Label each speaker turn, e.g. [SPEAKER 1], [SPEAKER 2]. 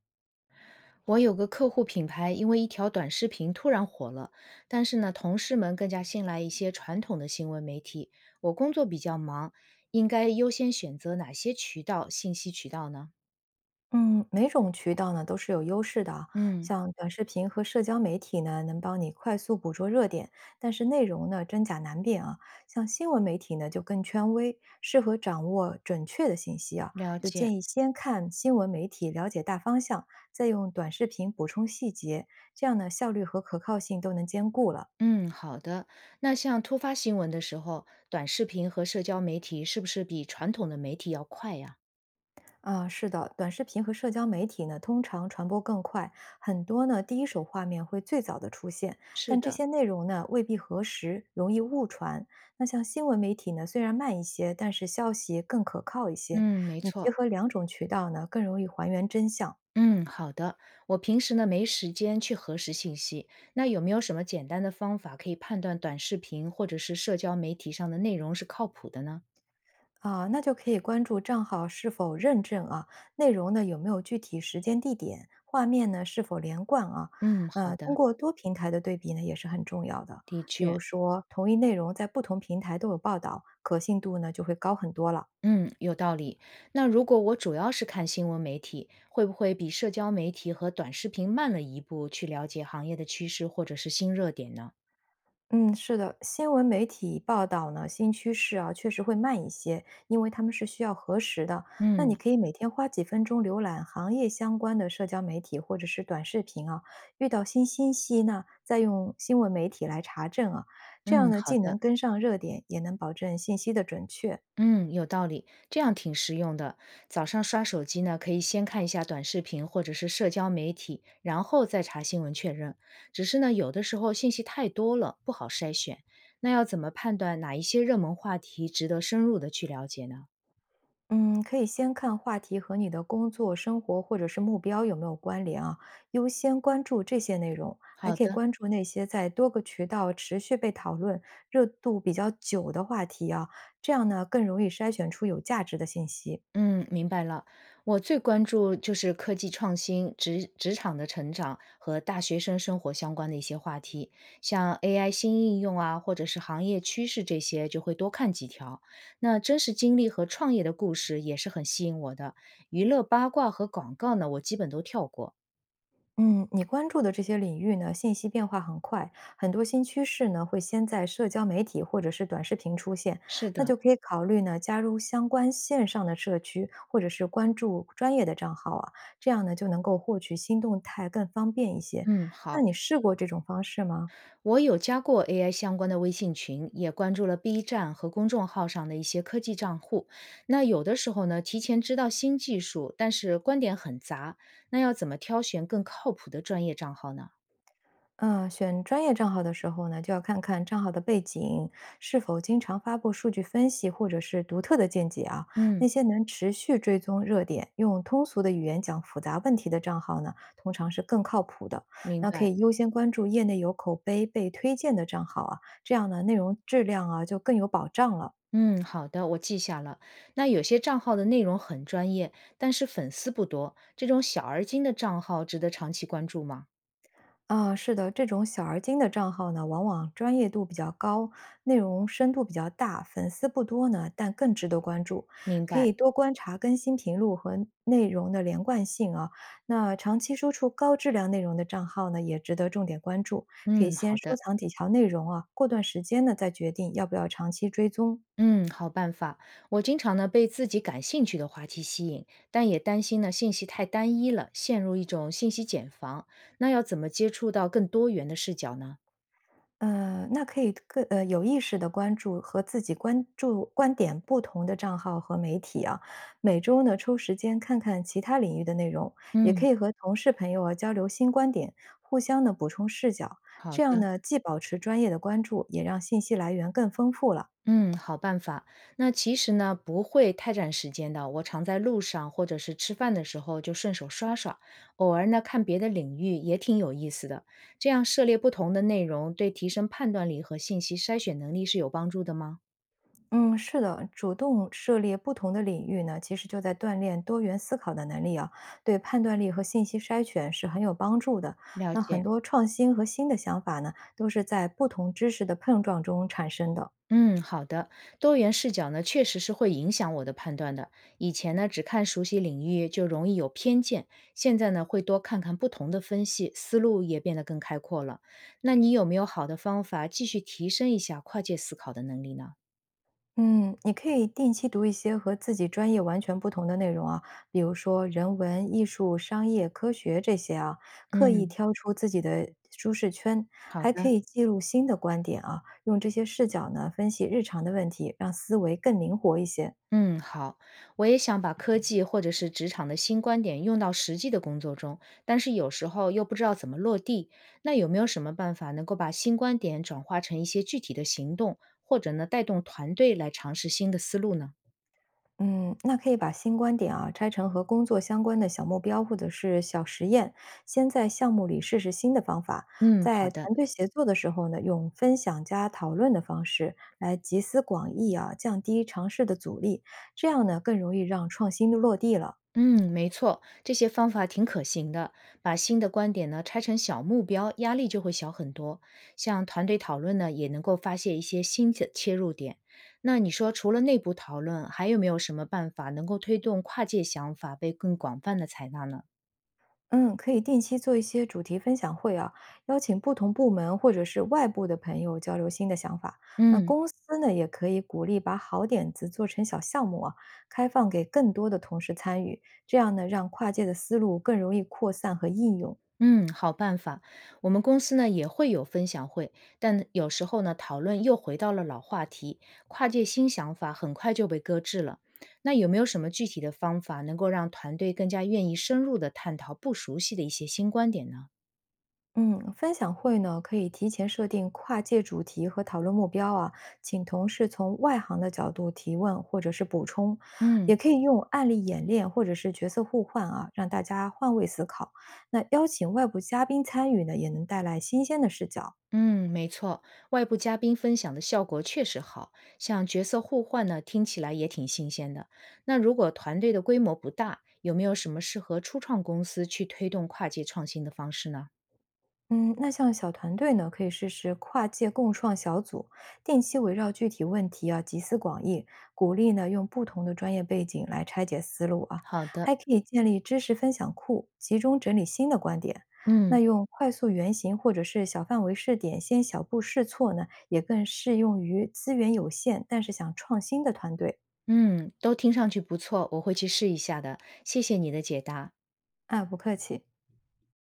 [SPEAKER 1] 我有个客户品牌，因为一条短视频突然火了，但是呢，同事们更加信赖一些传统的新闻媒体。我工作比较忙，应该优先选择哪些渠道、信息渠道呢？
[SPEAKER 2] 嗯，每种渠道呢都是有优势的啊，
[SPEAKER 1] 嗯，
[SPEAKER 2] 像短视频和社交媒体呢，能帮你快速捕捉热点，但是内容呢真假难辨啊。像新闻媒体呢就更权威，适合掌握准确的信息啊。
[SPEAKER 1] 了
[SPEAKER 2] 就
[SPEAKER 1] 解。
[SPEAKER 2] 建议先看新闻媒体，了解大方向，再用短视频补充细节，这样呢效率和可靠性都能兼顾了。
[SPEAKER 1] 嗯，好的。那像突发新闻的时候，短视频和社交媒体是不是比传统的媒体要快呀？
[SPEAKER 2] 啊，是的，短视频和社交媒体呢，通常传播更快，很多呢第一手画面会最早的出现，
[SPEAKER 1] 是
[SPEAKER 2] 但这
[SPEAKER 1] 的，
[SPEAKER 2] 些内容呢未必核实，容易误传。那像新闻媒体呢，虽然慢一些，但是消息更可靠一些。
[SPEAKER 1] 嗯，没
[SPEAKER 2] 你结
[SPEAKER 1] 错。
[SPEAKER 2] 合两种渠道呢，更容易还原真相。
[SPEAKER 1] 嗯，好的。我平时呢没时间去核实信息，那有没有什么简单的方法可以判断短视频或者是社交媒体上的内容是靠谱的呢？
[SPEAKER 2] 啊，那就可以关注账号是否认证啊，内容呢有没有具体时间地点，画面呢是否连贯啊，
[SPEAKER 1] 嗯，好
[SPEAKER 2] 通
[SPEAKER 1] 的，
[SPEAKER 2] 过多平台的对比呢也是很重要的，
[SPEAKER 1] 的
[SPEAKER 2] 比如
[SPEAKER 1] 确，
[SPEAKER 2] 说同一内容在不同平台都有报道，可信度呢就会高很多了。
[SPEAKER 1] 嗯，有道理。那如果我主要是看新闻媒体，会不会比社交媒体和短视频慢了一步去了解行业的趋势或者是新热点呢？
[SPEAKER 2] 嗯，是的，新闻媒体报道呢，新趋势啊，确实会慢一些，因为他们是需要核实的。那你
[SPEAKER 1] 嗯
[SPEAKER 2] 可以每天花几分钟浏览行业相关的社交媒体或者是短视频啊，遇到新信息呢，再用新闻媒体来查证啊，这样
[SPEAKER 1] 嗯，
[SPEAKER 2] 呢，
[SPEAKER 1] 好
[SPEAKER 2] 既能
[SPEAKER 1] 的。
[SPEAKER 2] 跟上热点，也能保证信息的准确。
[SPEAKER 1] 嗯，有道理，这样挺实用的。早上刷手机呢，可以先看一下短视频或者是社交媒体，然后再查新闻确认。只是呢，有的时候信息太多了，不好筛选。那要怎么判断哪一些热门话题值得深入的去了解呢？
[SPEAKER 2] 嗯，可以先看话题和你的工作、生活或者是目标有没有关联啊，优先关注这些内容，还
[SPEAKER 1] 好
[SPEAKER 2] 可以
[SPEAKER 1] 的。
[SPEAKER 2] 关注那些在多个渠道持续被讨论、热度比较久的话题啊，这样呢更容易筛选出有价值的信息。
[SPEAKER 1] 嗯，明白了。我最关注就是科技创新、职场的成长和大学生生活相关的一些话题，像 AI 新应用啊，或者是行业趋势这些，就会多看几条。那真实经历和创业的故事也是很吸引我的。娱乐八卦和广告呢，我基本都跳过。
[SPEAKER 2] 嗯，你关注的这些领域呢，信息变化很快，很多新趋势呢会先在社交媒体或者是短视频出现，
[SPEAKER 1] 是
[SPEAKER 2] 那
[SPEAKER 1] 的，
[SPEAKER 2] 就可以考虑呢加入相关线上的社区，或者是关注专业的账号啊，这样呢就能够获取新动态更方便一些。
[SPEAKER 1] 嗯，
[SPEAKER 2] 那
[SPEAKER 1] 好。
[SPEAKER 2] 你试过这种方式吗？
[SPEAKER 1] 我有加过 AI 相关的微信群，也关注了 B 站和公众号上的一些科技账户。那有的时候呢，提前知道新技术，但是观点很杂，那要怎么挑选更靠谱的专业账号呢？
[SPEAKER 2] 嗯，选专业账号的时候呢，就要看看账号的背景是否经常发布数据分析或者是独特的见解啊。那
[SPEAKER 1] 嗯，
[SPEAKER 2] 些能持续追踪热点、用通俗的语言讲复杂问题的账号呢，通常是更靠谱的。
[SPEAKER 1] 明
[SPEAKER 2] 那可
[SPEAKER 1] 白。
[SPEAKER 2] 以优先关注业内有口碑、被推荐的账号啊，这样呢，内容质量啊就更有保障了。
[SPEAKER 1] 嗯，好的，我记下了。那有些账号的内容很专业，但是粉丝不多，这种小而精的账号值得长期关注吗？
[SPEAKER 2] 啊，是的，这种小而精的账号呢，往往专业度比较高，内容深度比较大，粉丝不多呢，但更值得关注。
[SPEAKER 1] 明
[SPEAKER 2] 可以
[SPEAKER 1] 白。
[SPEAKER 2] 多观察更新频率和内容的连贯性啊。那长期输出高质量内容的账号呢，也值得重点关注。可以
[SPEAKER 1] 嗯，
[SPEAKER 2] 先
[SPEAKER 1] 好
[SPEAKER 2] 收
[SPEAKER 1] 的。
[SPEAKER 2] 藏几条内容啊，过段时间呢再决定要不要长期追踪。
[SPEAKER 1] 嗯，好办法。我经常呢被自己感兴趣的话题吸引，但也担心呢信息太单一了，陷入一种信息茧房。那要怎么接触到更多元的视角呢？
[SPEAKER 2] 那可以更有意识的关注和自己关注观点不同的账号和媒体啊。每周呢抽时间看看其他领域的内容，也可
[SPEAKER 1] 嗯，
[SPEAKER 2] 以和同事朋友啊交流新观点，互相呢补充视角。
[SPEAKER 1] 好
[SPEAKER 2] 这样
[SPEAKER 1] 的。
[SPEAKER 2] 呢，既保持专业的关注，也让信息来源更丰富了。
[SPEAKER 1] 嗯，好办法。那其实呢不会太占时间的，我常在路上或者是吃饭的时候就顺手刷刷，偶尔呢看别的领域也挺有意思的。这样涉猎不同的内容，对提升判断力和信息筛选能力是有帮助的吗？
[SPEAKER 2] 嗯，是的，主动涉猎不同的领域呢，其实就在锻炼多元思考的能力啊，对判断力和信息筛选是很有帮助的。
[SPEAKER 1] 了
[SPEAKER 2] 那很
[SPEAKER 1] 解。
[SPEAKER 2] 多创新和新的想法呢，都是在不同知识的碰撞中产生的。
[SPEAKER 1] 嗯，好的。多元视角呢，确实是会影响我的判断的。以前呢，只看熟悉领域就容易有偏见，现在呢，会多看看不同的分析，思路也变得更开阔了。那你有没有好的方法继续提升一下跨界思考的能力呢？
[SPEAKER 2] 嗯，你可以定期读一些和自己专业完全不同的内容啊，比如说人文、艺术、商业、科学这些啊，刻意
[SPEAKER 1] 嗯，
[SPEAKER 2] 挑出自己的舒适圈，
[SPEAKER 1] 好
[SPEAKER 2] 还可
[SPEAKER 1] 的。
[SPEAKER 2] 以记录新的观点啊，用这些视角呢分析日常的问题，让思维更灵活一些。
[SPEAKER 1] 嗯，好，我也想把科技或者是职场的新观点用到实际的工作中，但是有时候又不知道怎么落地。那有没有什么办法能够把新观点转化成一些具体的行动，或者呢带动团队来尝试新的思路呢？
[SPEAKER 2] 嗯，那可以把新观点啊拆成和工作相关的小目标或者是小实验，先在项目里试试新的方法，
[SPEAKER 1] 嗯，好
[SPEAKER 2] 在
[SPEAKER 1] 的。
[SPEAKER 2] 团队协作的时候呢，用分享加讨论的方式来集思广益啊，降低尝试的阻力，这样呢更容易让创新落地了。
[SPEAKER 1] 嗯，没错，这些方法挺可行的。把新的观点呢拆成小目标，压力就会小很多。像团队讨论呢，也能够发现一些新的切入点。那你说，除了内部讨论，还有没有什么办法能够推动跨界想法被更广泛的采纳呢？
[SPEAKER 2] 嗯，可以定期做一些主题分享会啊，邀请不同部门或者是外部的朋友交流新的想法。那
[SPEAKER 1] 嗯。
[SPEAKER 2] 公司呢，也可以鼓励把好点子做成小项目啊，开放给更多的同事参与，这样呢，让跨界的思路更容易扩散和应用。
[SPEAKER 1] 嗯，好办法。我们公司呢也会有分享会，但有时候呢讨论又回到了老话题，跨界新想法很快就被搁置了。那有没有什么具体的方法能够让团队更加愿意深入的探讨不熟悉的一些新观点呢？
[SPEAKER 2] 嗯，分享会呢，可以提前设定跨界主题和讨论目标啊，请同事从外行的角度提问或者是补充，
[SPEAKER 1] 嗯，
[SPEAKER 2] 也可以用案例演练或者是角色互换啊，让大家换位思考。那邀请外部嘉宾参与呢，也能带来新鲜的视角。
[SPEAKER 1] 嗯，没错，外部嘉宾分享的效果确实好，像角色互换呢，听起来也挺新鲜的。那如果团队的规模不大，有没有什么适合初创公司去推动跨界创新的方式呢？
[SPEAKER 2] 嗯，那像小团队呢，可以试试跨界共创小组，定期围绕具体问题啊集思广益，鼓励呢用不同的专业背景来拆解思路啊，
[SPEAKER 1] 好的，
[SPEAKER 2] 还可以建立知识分享库，集中整理新的观点。那
[SPEAKER 1] 嗯
[SPEAKER 2] 用快速原型或者是小范围试点，先小步试错呢，也更适用于资源有限但是想创新的团队。
[SPEAKER 1] 嗯，都听上去不错，我会去试一下的。谢谢你的解答。
[SPEAKER 2] 啊，不客气。